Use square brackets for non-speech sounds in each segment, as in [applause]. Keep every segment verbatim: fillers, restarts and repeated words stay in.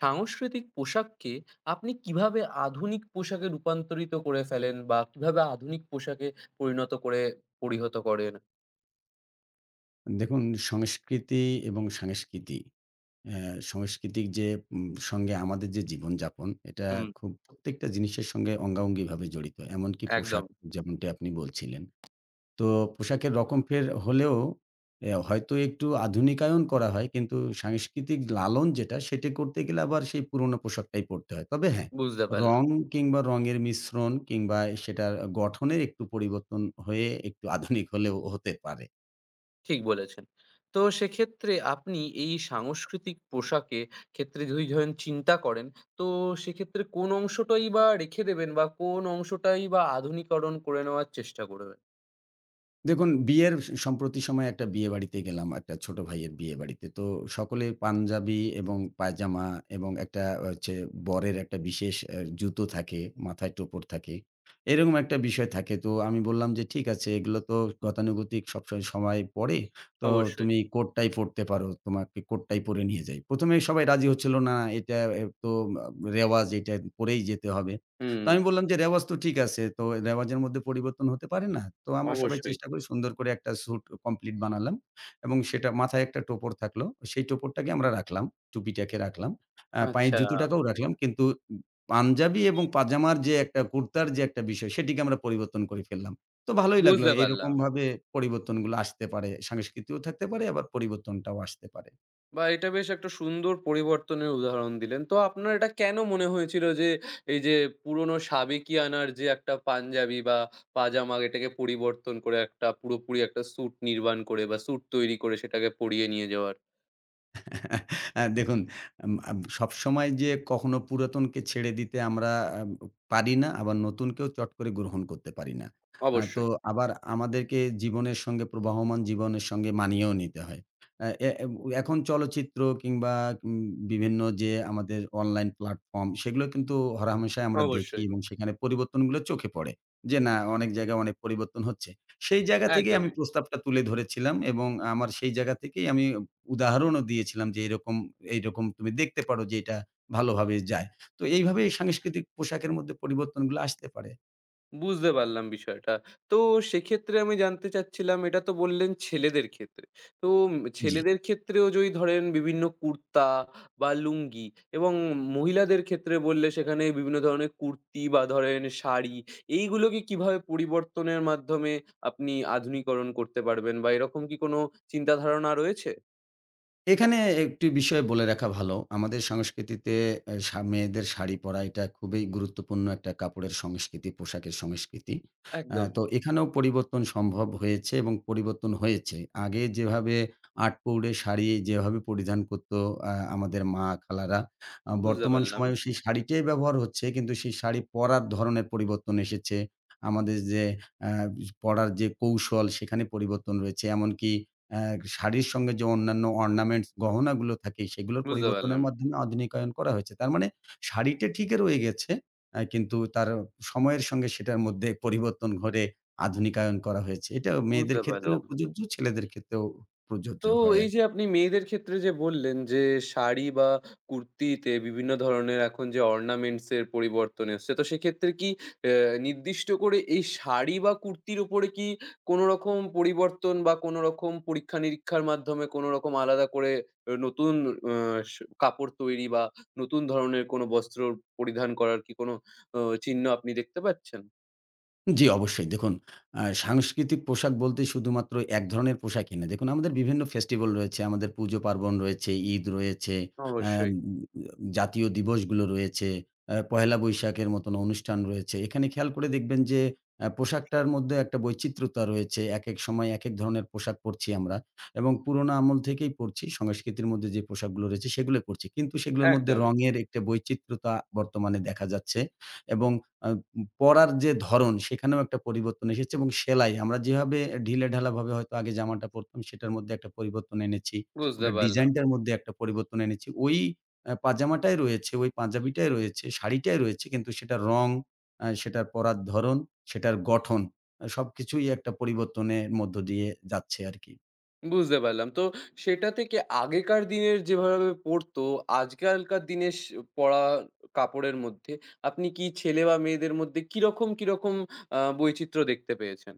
সাংস্কৃতিক পোশাককে আপনি কিভাবে আধুনিক পোশাকে রূপান্তরিত করে ফেলেন বা কিভাবে আধুনিক পোশাকে পরিণত করে পরিহত করেন? দেখুন, সংস্কৃতি এবং সাংস্কৃতি আহ, সাংস্কৃতিক যে উম, সঙ্গে আমাদের যে জীবনযাপন, এটা হুম, খুব প্রত্যেকটা জিনিসের সঙ্গে অঙ্গাঙ্গিভাবে জড়িত, এমনকি একদম পোশাক যেমনটি আপনি বলছিলেন। তো পোশাকের রকম ফের হলেও আহ, হয়তো একটু আধুনিকায়ন করা হয়, কিন্তু সাংস্কৃতিক লালন যেটা সেটা করতে গেলে আবার সেই পুরনো পোশাকটাই পরতে হয়। তবে হ্যাঁ, বুঝতে পারলাম। রং কিংবা রঙের মিশ্রণ কিংবা সেটার গঠনের একটু পরিবর্তন হয়ে একটু আধুনিক হলেও হতে পারে। ঠিক বলেছেন। তো সেক্ষেত্রে আপনি এই সাংস্কৃতিক পোশাকে ক্ষেত্রে যদি ধরেন চিন্তা করেন, তো সেক্ষেত্রে কোন অংশটাই বা রেখে দেবেন বা কোন অংশটাই বা আধুনিকরণ করে নেওয়ার চেষ্টা করবেন? দেখুন, বিয়ের স সম্প্রতি সময়ে একটা বিয়েবাড়িতে গেলাম, একটা ছোট ভাইয়ের বিয়েবাড়িতে। তো সকলে পাঞ্জাবি এবং পায়জামা, এবং একটা হচ্ছে বরের একটা বিশেষ অ্যা জুতো থাকে, মাথায় টোপর থাকে। এরকম একটা বিষয় থাকে। তো আমি বললাম যে, "ঠিক আছে, এগুলো তো গতানুগতিক, সবসময় সবাই পড়ে। তো অবশ্যই। তুমি কোটটাই পড়তে পারো। তোমাকে কোটটাই পরে নিয়ে যাই।" প্রথম এ সবাই রাজি হচ্ছিল না। "এটা এ তো আ রেওয়াজ, এটা পরেই যেতে হবে।" তো হুম, আমি বললাম যে, "রেওয়াজ তো ঠিক আছে। তো রেওয়াজের মধ্যে পরিবর্তন হতে পারে না?" তো আমরা সবাই অবশ্যই। চেষ্টা করি সুন্দর করে একটা স্যুট কমপ্লিট বানালাম, এবং সেটা মাথায় একটা টোপর থাকলো। সেই টোপরটাকে আমরা রাখলাম। টুপিটাকে রাখলাম। আ পায়ের আচ্ছা, জুতোটাকেও রাখলাম। কিন্তু উম পাঞ্জাবি এবং পাজামার যে একটা কুর্তার যে একটা বিষয় সেটিকে আমরা পরিবর্তন করে ফেললাম। তো ভালোই লাগলো। বুঝতে পারলাম। এরকমভাবে পরিবর্তনগুলো আসতে পারে। সংস্কৃতিও থাকতে পারে, আবার পরিবর্তনটাও আসতে পারে। বাহ! এটা বেশ একটা সুন্দর পরিবর্তনের উদাহরণ দিলেন। তো আপনার এটা কেন মনে হয়েছিল যে, এই যে পুরনো সাবেকিয়ানার যে একটা পাঞ্জাবি বা পাজামা এটাকে পরিবর্তন করে একটা পুরোপুরি একটা স্যুট নির্মাণ করে বা স্যুট তৈরি করে সেটাকে পরিয়ে নিয়ে যাওয়ার? আ দেখুন, আম আম সবসময় যে কখনো পুরাতনকে ছেড়ে দিতে আমরা আম পারি না, আবার নতুনকেও চট করে গ্রহণ করতে পারি না। আ তো অবশ্যই, আবার আমাদেরকে জীবনের সঙ্গে, প্রবাহমান জীবনের সঙ্গে মানিয়েও নিতে হয়। আ এ এব এখন চলচ্চিত্র কিংবা উম বিভিন্ন যে আমাদের অনলাইন প্ল্যাটফর্ম, সেগুলো কিন্তু হরহামেশাই আমরা দেখি অবশ্যই। এবং সেখানে পরিবর্তনগুলো চোখে পড়ে। যে না, অনেক জায়গায় অনেক পরিবর্তন হচ্ছে। সেই জায়গা থেকেই আমি একদমই। প্রস্তাবটা তুলে ধরেছিলাম, এবং আমার সেই জায়গা থেকেই আমি উদাহরণও দিয়েছিলাম যে এরকম, এইরকম তুমি দেখতে পারো যে এটা ভালোভাবে যায়। তো এইভাবে এই সাংস্কৃতিক পোশাকের মধ্যে পরিবর্তনগুলো আসতে পারে। বুঝতে পারলাম বিষয়টা। তো সেক্ষেত্রে আমি জানতে চাচ্ছিলাম এটা তো বললেন ছেলেদের ক্ষেত্রে। তো উম জি। ছেলেদের ক্ষেত্রেও যদি ধরেন বিভিন্ন কুর্তা বা লুঙ্গি এবং মহিলাদের ক্ষেত্রে বললে সেখানে বিভিন্ন ধরনের কুর্তি বা ধরেন শাড়ি এইগুলোকে কিভাবে পরিবর্তনের মাধ্যমে আপনি আধুনিকরণ করতে পারবেন বা এরকম কি কোনো চিন্তাধারণা রয়েছে? এখানে একটি বিষয় বলে রাখা ভালো। আমাদের সংস্কৃতিতে এ সা মেয়েদের শাড়ি পরা এটা খুবই গুরুত্বপূর্ণ একটা কাপড়ের সংস্কৃতি, পোশাকের সংস্কৃতি। আ একদমই। তো এখানেও পরিবর্তন সম্ভব হয়েছে এবং পরিবর্তন হয়েছে। আগে যেভাবে আটপৌরে শাড়ি যেভাবে পরিধান করত আ আমাদের মা, খালারা, আ বুঝতে বর্তমান পারলাম, সময়েও সেই শাড়িটাই ব্যবহার হচ্ছে। কিন্তু সেই শাড়ি পরার ধরনের পরিবর্তন এসেছে। আমাদের যে আ পড়ার যে কৌশল সেখানে পরিবর্তন রয়েছে। এমনকি অ্যা শাড়ির সঙ্গে যে অন্যান্য অর্নামেন্টস, গহনাগুলো থাকে সেগুলোর বুঝতে পরিবর্তনের পারলাম, মাধ্যমে আধুনিকায়ন করা হয়েছে। তার মানে শাড়িটা ঠিকই রয়ে গেছে। অ্যা কিন্তু তার সময়ের সঙ্গে সেটার মধ্যে পরিবর্তন ঘটে আধুনিকায়ন করা হয়েছে। এটা মেয়েদের বুঝতে ক্ষেত্রেও পারলাম। প্রযোজ্য, ছেলেদের ক্ষেত্রেও প্রযোজ্য তো হয় এই যে আরকি। আপনি মেয়েদের ক্ষেত্রে যে বললেন যে শাড়ি বা কুর্তিতে বিভিন্ন ধরনের এখন যে অর্নামেন্টস এর পরিবর্তন এসছে, তো সেক্ষেত্রে কি আহ, নির্দিষ্ট করে এই শাড়ি বা কুর্তির উপরে কি কোনো রকম পরিবর্তন বা কোনো রকম পরীক্ষা নিরীক্ষার মাধ্যমে কোনো রকম আলাদা করে আহ, নতুন আহ, স- কাপড় তৈরি বা নতুন ধরনের কোনো বস্ত্র পরিধান করার কি কোনো আহ, চিহ্ন আপনি দেখতে পাচ্ছেন? জি, অবশ্যই। দেখুন, আ সাংস্কৃতিক পোশাক বলতে শুধুমাত্র এক ধরনের পোশাকই না। দেখুন, আমাদের বিভিন্ন ফেস্টিভাল রয়েছে, আমাদের পুজো-পার্বণ রয়েছে, ঈদ রয়েছে, আম অবশ্যই। জাতীয় দিবসগুলো রয়েছে, আ পহেলা বৈশাখের মতন অনুষ্ঠান রয়েছে। এখানে খেয়াল করে দেখবেন যে আ পোশাকটার মধ্যে একটা বৈচিত্র্যতা রয়েছে। একেক সময় একেক ধরনের পোশাক পরছি আমরা, এবং পুরোনো আমল থেকেই পরছি। সংস্কৃতির মধ্যে যে পোশাকগুলো রয়েছে সেগুলো পরছি। কিন্তু সেগুলোর মধ্যে একদমই। রঙের একটা বৈচিত্র্যতা বর্তমানে দেখা যাচ্ছে, এবং আ পরার যে ধরন সেখানেও একটা পরিবর্তন এসেছে, এবং সেলাই আমরা যেভাবে ঢিলেঢালাভাবে হয়তো আগে জামাটা পরতাম সেটার মধ্যে একটা পরিবর্তন এনেছি। বুঝতে ওটার পারলাম, ডিজাইনটার মধ্যে একটা পরিবর্তন এনেছি। ওই আ পাজামাটাই রয়েছে, ওই পাঞ্জাবিটাই রয়েছে, শাড়িটাই রয়েছে, কিন্তু সেটার রং, আ সেটার পরার ধরন, সেটার গঠন, আ সবকিছুই একটা পরিবর্তনের মধ্য দিয়ে যাচ্ছে আরকি। বুঝতে পারলাম। তো সেটা থেকে আগেকার দিনের যেভাবে পড়তো, আজকালকার দিনের স পড়া কাপড়ের মধ্যে আপনি কি ছেলে বা মেয়েদের মধ্যে কিরকম, কিরকম আ বৈচিত্র্য দেখতে পেয়েছেন?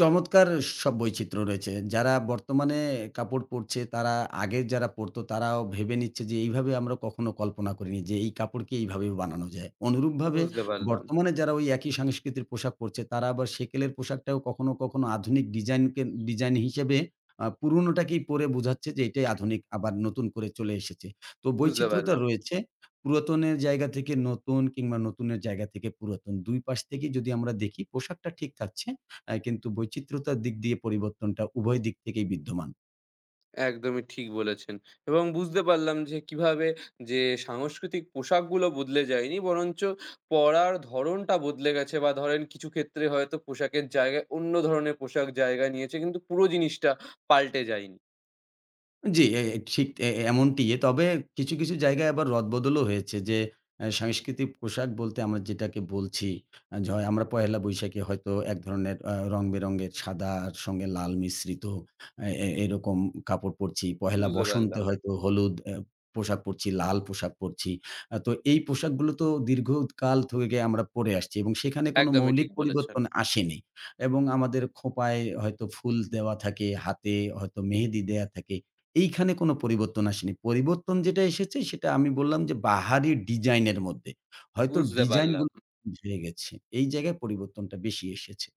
চমৎকার সব বৈচিত্র্য রয়েছে। যারা বর্তমানে কাপড় পরছে, তারা আগে যারা পরতো তারাও ভেবে নিচ্ছে যে এইভাবে আমরা কখনো কল্পনা করিনি যে এই কাপড়কে এইভাবে বানানো যায়। অনুরূপভাবে বুঝতে পারলাম, বর্তমানে যারা ওই একই সংস্কৃতির পোশাক পরছে, তারা আবার সেকেলের পোশাকটাও কখনো, কখনো আধুনিক ডিজাইনকে ডিজাইন হিসেবে আ পুরনোটাকেই পরে বোঝাচ্ছে যে এটাই আধুনিক আবার নতুন করে চলে এসেছে। তো বুঝতে বৈচিত্র্যতা পারলাম। রয়েছে। পুরাতনের জায়গা থেকে নতুন কিংবা নতুনের জায়গা থেকে পুরাতন, দুই পাশ থেকেই যদি আমরা দেখি পোশাকটা ঠিক থাকছে। অ্যা কিন্তু বৈচিত্র্যতার দিক দিয়ে পরিবর্তনটা উভয় দিক থেকেই বিদ্যমান। একদমই ঠিক বলেছেন। এবং বুঝতে পারলাম যে কিভাবে যে সাংস্কৃতিক পোশাকগুলো বদলে যায়নি, বরঞ্চ পড়ার ধরণটা বদলে গেছে বা ধরেন কিছু ক্ষেত্রে হয়তো পোশাকের জায়গায় অন্য ধরনের পোশাক জায়গা নিয়েছে, কিন্তু পুরো জিনিসটা পাল্টে যায়নি। জি, এ এ ঠিক এ এ- এমনটি। তবে কিছু, কিছু জায়গায় আবার রদবদলও হয়েছে যে অ্যা সাংস্কৃতিক পোশাক বলতে আমরা যেটাকে বলছি, আ য আমরা পহেলা বৈশাখে হয়তো এক ধরনের আ রং-বেরঙের সাদার সঙ্গে লাল মিশ্রিত এ এ এরকম কাপড় পরছি। পহেলা বুঝতে বসন্তে পারলাম। হয়তো হলুদ অ্যা পোশাক পরছি, লাল পোশাক পরছি। আ তো এই পোশাকগুলো তো দীর্ঘকাল থেকে আমরা পরে আসছি এবং সেখানে কোনো একদমই ঠিক মৌলিক বলেছেন। পরিবর্তন আসেনি, এবং আমাদের খোঁপায় হয়তো ফুল দেওয়া থাকে, হাতে হয়তো মেহেদি দেয়া থাকে। এইখানে কোনো পরিবর্তন আসেনি। পরিবর্তন যেটা এসেছে সেটা আমি বললাম যে বাহারি ডিজাইনের মধ্যে। হয়তো বুঝতে পারলাম। ডিজাইনগুলো ভুলে গেছি। এই জায়গায় পরিবর্তনটা বেশি এসেছে।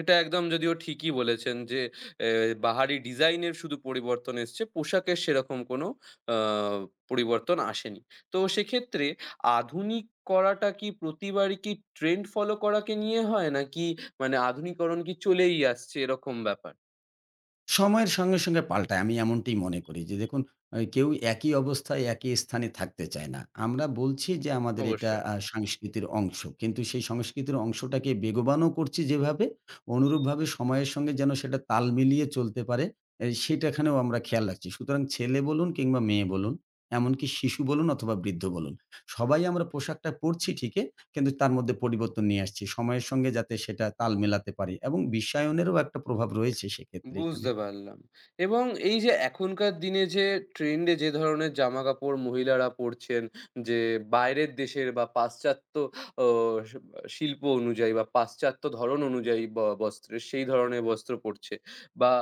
এটা একদম যদিও ঠিকই বলেছেন যে, এ বাহারি ডিজাইন এর শুধু পরিবর্তন এসছে। পোশাকের সেরকম কোনো আ পরিবর্তন আসেনি। তো সেক্ষেত্রে আধুনিক করাটা কি প্রতিবারই কি ট্রেন্ড ফলো করাকে নিয়ে হয়? নাকি মানে আধুনিকরণ কি চলেই আসছে এরকম ব্যাপার? সময়ের সঙ্গে, সঙ্গে পাল্টায়। আমি এমনটিই মনে করি যে দেখুন, আ কেউ একই অবস্থায় একই স্থানে থাকতে চায় না। আমরা বলছি যে আমাদের এটা অবশ্যই। আ সংস্কৃতির অংশ। কিন্তু সেই সংস্কৃতির অংশটাকে বেগবানও করছি যেভাবে, অনুরূপভাবে সময়ের সঙ্গে যেন সেটা তাল মিলিয়ে চলতে পারে, এ সেটাখানেও আমরা খেয়াল রাখছি। সুতরাং ছেলে বলুন কিংবা মেয়ে বলুন, এমনকি শিশু বলুন অথবা বৃদ্ধ বলুন, সবাই আমরা পোশাকটা পরছি ঠিকই, কিন্তু তার মধ্যে পরিবর্তন নিয়ে আসছি। সময়ের সঙ্গে যাতে সেটা তাল মেলাতে পারি এবং বিশ্বায়নেরও একটা প্রভাব রয়েছে সেক্ষেত্রে এখানে। বুঝতে পারলাম। এবং এই যে এখনকার দিনে যে ট্রেন্ড এ যে ধরনের জামাকাপড় মহিলারা পরছেন, যে বাইরের দেশের বা পাশ্চাত্য ও স শিল্প অনুযায়ী বা পাশ্চাত্য ধরন অনুযায়ী ব বস্ত্রের সেই ধরনের বস্ত্র পরছে। বা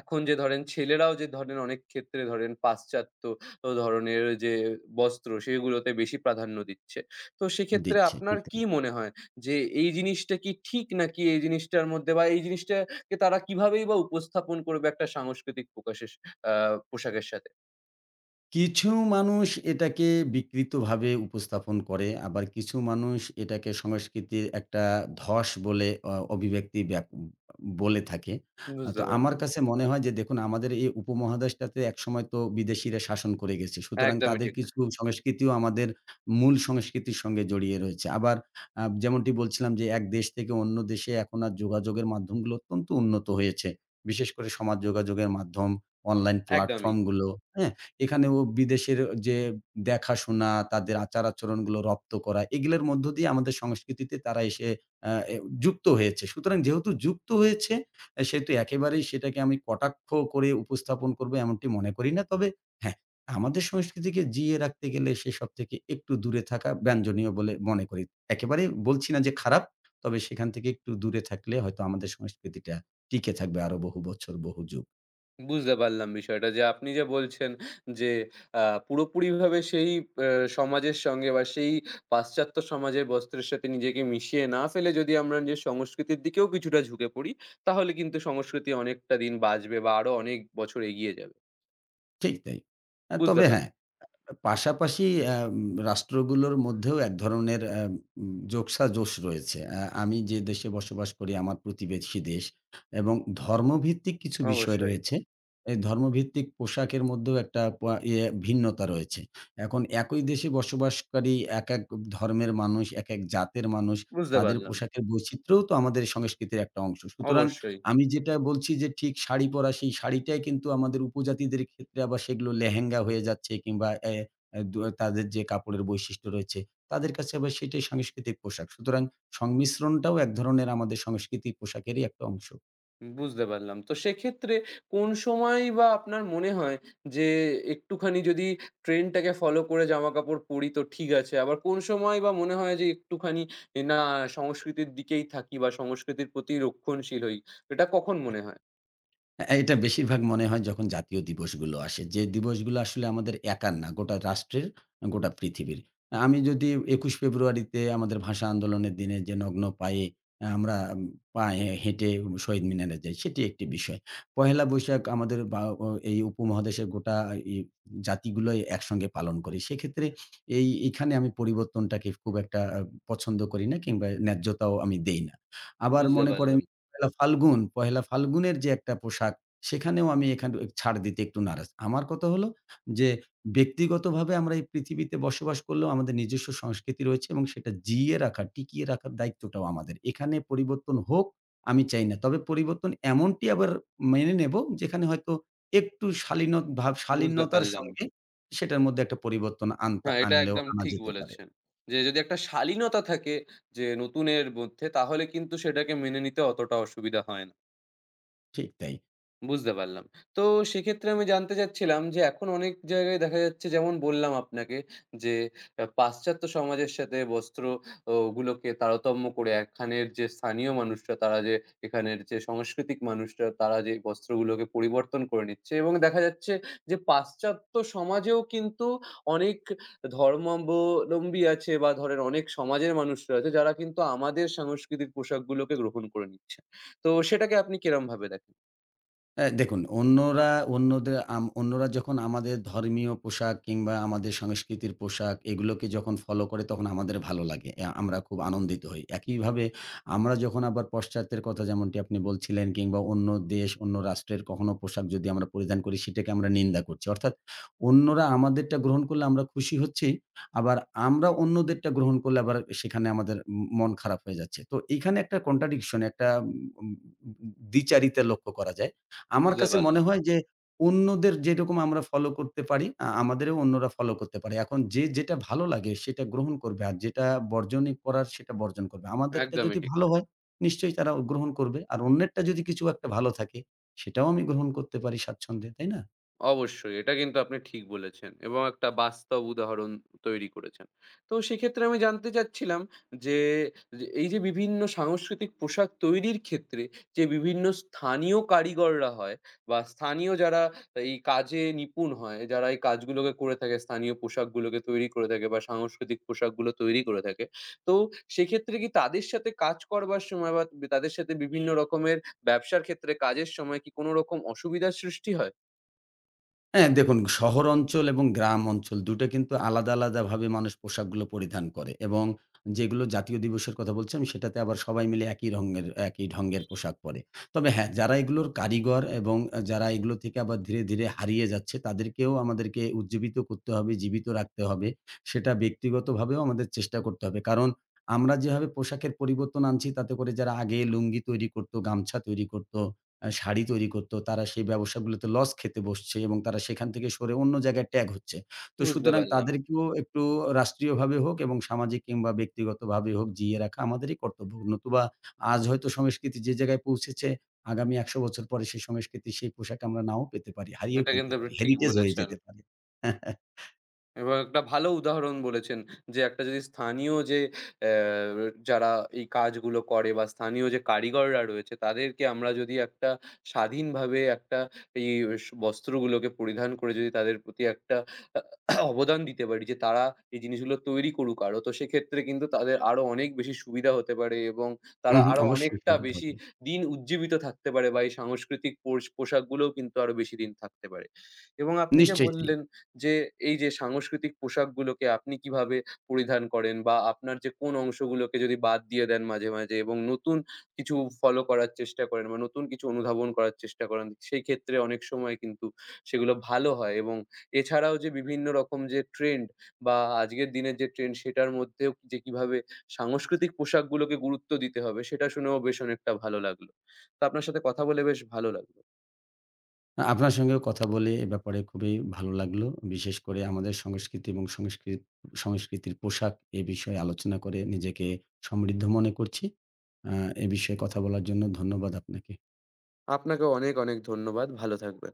এখন যে ধরেন ছেলেরাও যে ধরেন অনেক ক্ষেত্রে ধরেন পাশ্চাত্য ও ধরনের যে বস্ত্র সেগুলোতে বেশি প্রাধান্য দিচ্ছে। তো সেক্ষেত্রে দিচ্ছে, আপনার ঠিক কি তাই। মনে হয় যে এই জিনিসটা কি ঠিক, নাকি এই জিনিসটার মধ্যে বা এই জিনিসটা কে তারা কিভাবেই বা উপস্থাপন করবে একটা সাংস্কৃতিক প্রকাশের আ পোশাকের সাথে? কিছু মানুষ এটাকে বিকৃতভাবে উপস্থাপন করে। আবার কিছু মানুষ এটাকে সংস্কৃতির একটা ধস বলে অ অভিব্যক্তি ব্যাপ বলে থাকে। আ বুঝতে তো আমার পারলাম। কাছে মনে হয় যে দেখুন, আমাদের এই উপমহাদেশটাতে একসময় তো বিদেশীরা শাসন করে গেছে। সুতরাং একদমই তাদের ঠিক। কিছু সংস্কৃতিও আমাদের মূল সংস্কৃতির সঙ্গে জড়িয়ে রয়েছে। আবার আ যেমনটি বলছিলাম যে এক দেশ থেকে অন্য দেশে এখন আর যোগাযোগের মাধ্যমগুলো অত্যন্ত উন্নত হয়েছে। বিশেষ করে সমাজ যোগাযোগের মাধ্যম, অনলাইন একদমই। প্ল্যাটফর্ম গুলো, হ্যাঁ? এখানেও বিদেশের যে দেখাশোনা, তাদের আচার-আচরণগুলো রপ্ত করা, এগুলোর মধ্য দিয়ে আমাদের সংস্কৃতিতে তারা এসে আ এ যুক্ত হয়েছে। সুতরাং যেহেতু যুক্ত হয়েছে, আ সেহেতু একেবারেই সেটাকে আমি কটাক্ষ করে উপস্থাপন করব এমনটি মনে করি না। তবে হ্যাঁ, আমাদের সংস্কৃতিকে জিইয়ে রাখতে গেলে সেসব থেকে একটু দূরে থাকা বাঞ্ছনীয় বলে মনে করি। একেবারেই বলছি না যে খারাপ, তবে সেখান থেকে একটু দূরে থাকলে হয়তো আমাদের সংস্কৃতিটা টিকে থাকবে আরো বহু বছর, বহু যুগ। বুঝতে পারলাম বিষয়টা যে আপনি যে বলছেন যে আ পুরোপুরিভাবে সেই অ্যা সমাজের সঙ্গে বা সেই পাশ্চাত্য সমাজের বস্ত্রের সাথে নিজেকে মিশিয়ে না ফেলে যদি আমরা নিজের সংস্কৃতির দিকেও কিছুটা ঝুঁকে পড়ি, তাহলে কিন্তু সংস্কৃতি অনেকটা দিন বাঁচবে বা আরো অনেক বছর এগিয়ে যাবে। ঠিক তাই। আ বুঝতে তবে পারলাম। হ্যাঁ, পাশাপাশি আম রাষ্ট্রগুলোর মধ্যেও এক ধরনের আম উম যোগসাযোগ রয়েছে। আ আমি যে দেশে বসবাস করি আমার প্রতিবেশী দেশ, এবং ধর্মভিত্তিক কিছু বিষয় অবশ্যই। রয়েছে। এই ধর্মভিত্তিক পোশাকের মধ্যেও একটা পা ইয়ে ভিন্নতা রয়েছে। এখন একই দেশে বসবাসকারী একেক ধর্মের মানুষ, একেক জাতের মানুষ, বুঝতে তাদের পারলাম। পোশাকের বৈচিত্র্যও তো আমাদের সংস্কৃতির একটা অংশ। সুতরাং অবশ্যই। আমি যেটা বলছি যে ঠিক শাড়ি পরা সেই শাড়িটাই কিন্তু আমাদের উপজাতিদের ক্ষেত্রে আবার সেগুলো লেহেঙ্গা হয়ে যাচ্ছে, কিংবা এ অ্যা দু তাদের যে কাপড়ের বৈশিষ্ট্য রয়েছে, তাদের কাছে আবার সেটাই সাংস্কৃতিক পোশাক। সুতরাং সংমিশ্রণটাও এক ধরনের আমাদের সংস্কৃতি পোশাকেরই একটা অংশ। বুঝতে পারলাম। তো সেক্ষেত্রে কোন সময়ই বা আপনার মনে হয় যে একটুখানি যদি ট্রেন্ডটাকে ফলো করে জামাকাপড় পরি তো ঠিক আছে। আবার কোন সময় বা মনে হয় যে একটুখানি এ না, সংস্কৃতির দিকেই থাকি বা সংস্কৃতির প্রতি রক্ষণশীল হই। এটা কখন মনে হয়? অ্যা এটা বেশিরভাগ মনে হয় যখন জাতীয় দিবসগুলো আসে। যে দিবসগুলো আসলে আমাদের একার না, গোটা রাষ্ট্রের, গোটা পৃথিবীর। আমি যদি একুশে ফেব্রুয়ারিতে আমাদের ভাষা আন্দোলনের দিনে যে নগ্ন পায়ে, অ্যা আমরা উম পায়ে হেঁটে শহীদ মিনারে যাই, সেটি একটি বিষয়। পহেলা বৈশাখ আমাদের বা ও এই উপমহাদেশের গোটা ই জাতিগুলোই একসঙ্গে পালন করি। সেক্ষেত্রে এই এখানে আমি পরিবর্তনটাকে খুব একটা আ পছন্দ করি না, কিংবা ন্যায্যতাও আমি দেই না। আবার বুঝতে মনে করেন, পারলাম, পহেলা ফাল্গুন, পহেলা ফাল্গুনের যে একটা পোশাক, সেখানেও আমি এখান ছাড় দিতে একটু নারাজ। আমার কথা হলো যে, ব্যক্তিগতভাবে আমরা এই পৃথিবীতে বসবাস করলেও আমাদের নিজস্ব সংস্কৃতি রয়েছে এবং সেটা জিইয়ে রাখা, টিকিয়ে রাখার দায়িত্বটাও আমাদের। এখানে পরিবর্তন হোক, আমি চাই না। তবে পরিবর্তন এমনটি আবার মেনে নেব, যেখানে হয়তো একটু শালীন ভাব বুঝতে শালীনতার পারলাম। সঙ্গে সেটার মধ্যে একটা পরিবর্তন আনতা হ্যাঁ, এটা আনলেও একদম আনা ঠিক যেতে পারে। বলেছেন। যে যদি একটা শালীনতা থাকে যে নতুনের মধ্যে, তাহলে কিন্তু সেটাকে মেনে নিতে অতটা অসুবিধা হয় না। ঠিক তাই। বুঝতে পারলাম। তো সেক্ষেত্রে আমি জানতে চাচ্ছিলাম যে এখন অনেক জায়গায় দেখা যাচ্ছে, যেমন বললাম আপনাকে, যে আ পাশ্চাত্য সমাজের সাথে বস্ত্র ও গুলোকে তারতম্য করে এখানের যে স্থানীয় মানুষরা, তারা যে এখানের যে সাংস্কৃতিক মানুষরা, তারা যে বস্ত্রগুলোকে পরিবর্তন করে নিচ্ছে, এবং দেখা যাচ্ছে যে পাশ্চাত্য সমাজেও কিন্তু অনেক ধর্মাবলম্বী আছে বা ধরেন অনেক সমাজের মানুষরা আছে যারা কিন্তু আমাদের সাংস্কৃতিক পোশাকগুলোকে গ্রহণ করে নিচ্ছে। তো সেটাকে আপনি কিরমভাবে দেখেন? অ্যা দেখুন, অন্যরা অন্যদের আম অন্যরা যখন আমাদের ধর্মীয় পোশাক কিংবা আমাদের সংস্কৃতির পোশাক এগুলোকে যখন ফলো করে তখন আমাদের ভালো লাগে। অ্যা আমরা খুব আনন্দিত হই। একইভাবে আমরা যখন আবার পশ্চাত্যের কথা যেমনটি আপনি বলছিলেন কিংবা অন্য দেশ, অন্য রাষ্ট্রের কখনো পোশাক যদি আমরা পরিধান করি সেটাকে আমরা নিন্দা করছি। অর্থাৎ অন্যরা আমাদেরটা গ্রহণ করলে আমরা খুশি হচ্ছি। আবার আমরা অন্যদেরটা গ্রহণ করলে আবার সেখানে আমাদের ম মন খারাপ হয়ে যাচ্ছে। তো এখানে একটা কন্ট্রাডিকশন, একটা উম উম দ্বিচারিতা লক্ষ্য করা যায়। আমার বুঝতে কাছে মনে পারলাম। হয় যে অন্যদের যেরকম আমরা ফলো করতে পারি, আ আমাদেরও অন্যরা ফলো করতে পারে। এখন যে যেটা ভালো লাগে সেটা গ্রহণ করবে। আর যেটা বর্জনই করার সেটা বর্জন করবে। আমাদেরটা একদমই যদি ঠিক। ভালো হয়, নিশ্চয়ই তারা গ্রহণ করবে। আর অন্যেরটা যদি কিছু একটা ভালো থাকে সেটাও আমি গ্রহণ করতে পারি স্বাচ্ছন্দ্যে, তাই না? অবশ্যই। এটা কিন্তু আপনি ঠিক বলেছেন এবং একটা বাস্তব উদাহরণ তৈরি করেছেন। তো সেক্ষেত্রে আমি জানতে চাচ্ছিলাম যে, যে, এই যে বিভিন্ন সাংস্কৃতিক পোশাক তৈরির ক্ষেত্রে যে বিভিন্ন স্থানীয় কারিগররা হয় বা স্থানীয় যারা এই কাজে নিপুণ হয়, যারা এই কাজগুলোকে করে থাকে, স্থানীয় পোশাকগুলোকে তৈরি করে থাকে বা সাংস্কৃতিক পোশাকগুলো তৈরি করে থাকে। তো সেক্ষেত্রে কি তাদের সাথে কাজ করবার সময় বা তাদের সাথে বিভিন্ন রকমের ব্যবসার ক্ষেত্রে কাজের সময় কি কোনো রকম অসুবিধার সৃষ্টি হয়? হ্যাঁ, দেখুন, শহর অঞ্চল এবং গ্রাম অঞ্চল দুই টা কিন্তু আলাদা, আলাদাভাবে মানুষ পোশাকগুলো পরিধান করে, এবং যেগুলো জাতীয় দিবসের কথা বলছি আমি, সেটাতে আবার সবাই মিলে একই রঙের একই ঢঙের পোশাক পরে। তবে হ্যাঁ, যারা এগুলোর কারিগর এবং আ যারা এগুলো থেকে আবার ধীরে, ধীরে হারিয়ে যাচ্ছে, তাদেরকেও আমাদেরকে উজ্জীবিত করতে হবে, জীবিত রাখতে হবে। সেটা ব্যক্তিগতভাবেও আমাদের চেষ্টা করতে হবে। কারণ আমরা যেভাবে পোশাকের পরিবর্তন আনছি তাতে করে যারা আগে লুঙ্গি তৈরি করত, গামছা তৈরি করত, আ শাড়ি তৈরি করত, তারা সেই ব্যবসাগুলোতে লস খেতে বসছে, এবং তারা সেখান থেকে সরে অন্য জায়গায় ট্যাগ হচ্ছে। তো বুঝতে সুতরাং পারলাম। তাদেরকেও একটু রাষ্ট্রীয়ভাবে হোক এবং সামাজিক কিংবা ব্যক্তিগতভাবে হোক, জিইয়ে রাখা আমাদেরই কর্তব্য। নতুবা আজ হয়তো সংস্কৃতি যে জায়গায় পৌঁছেছে, আগামী একশো বছর পরে সেই সংস্কৃতির সেই পোশাক আমরা নাও পেতে পারি, হারিয়েও এটা কিন্তু ফেলতে আপনি পারি। ঠিক হেরিটেজ হয়ে বলেছেন। যেতে পারে। [laughs] এবং একটা ভালো উদাহরণ বলেছেন যে, একটা যদি স্থানীয় যে অ্যা যারা এই কাজগুলো করে বা স্থানীয় যে কারিগররা রয়েছে, তাদেরকে আমরা যদি একটা স্বাধীনভাবে একটা এই স বস্ত্রগুলোকে পরিধান করে যদি তাদের প্রতি একটা আহ, অবদান দিতে পারি যে, তারা এই জিনিসগুলো তৈরি করুক আরো। তো সেক্ষেত্রে কিন্তু তাদের আরো অনেক বেশি সুবিধা হতে পারে এবং হুম, তারা হুম, আরো অবশ্যই অনেকটা সুবিধা বেশি হবে। দিন উজ্জীবিত থাকতে পারে বা এই সাংস্কৃতিক পোশ পোশাকগুলোও কিন্তু আরো বেশি দিন থাকতে পারে। এবং আপনি যে নিশ্চয়ই তাই। বললেন যে এই যে সাংস্কৃতিক পোশাকগুলোকে আপনি কিভাবে পরিধান করেন বা আপনার যে কোন অংশগুলোকে যদি বাদ দিয়ে দেন মাঝে, মাঝে এবং নতুন কিছু ফলো করার চেষ্টা করেন বা নতুন কিছু অনুধাবন করার চেষ্টা করেন, সেই ক্ষেত্রে অনেক সময় কিন্তু সেগুলো ভালো হয় এবং এছাড়াও যে বিভিন্ন রকম যে ট্রেন্ড বা আজকের দিনের যে ট্রেন্ড, সেটার মধ্যেও যে কিভাবে সাংস্কৃতিক পোশাকগুলোকে গুরুত্ব দিতে হবে, সেটা শুনেও বেশ অনেকটা ভালো লাগলো। তো আপনার সাথে কথা বলে বেশ ভালো লাগলো। আ আপনার সঙ্গেও কথা বলে এ ব্যাপারে খুবই ভালো লাগলো। বিশেষ করে আমাদের সংস্কৃতি এবং সংস্কৃ সংস্কৃতির পোশাক এ বিষয়ে আলোচনা করে নিজেকে সমৃদ্ধ মনে করছি। আ এ বিষয়ে কথা বলার জন্য ধন্যবাদ আপনাকে। আপনাকেও অনেক, অনেক ধন্যবাদ। ভালো থাকবেন।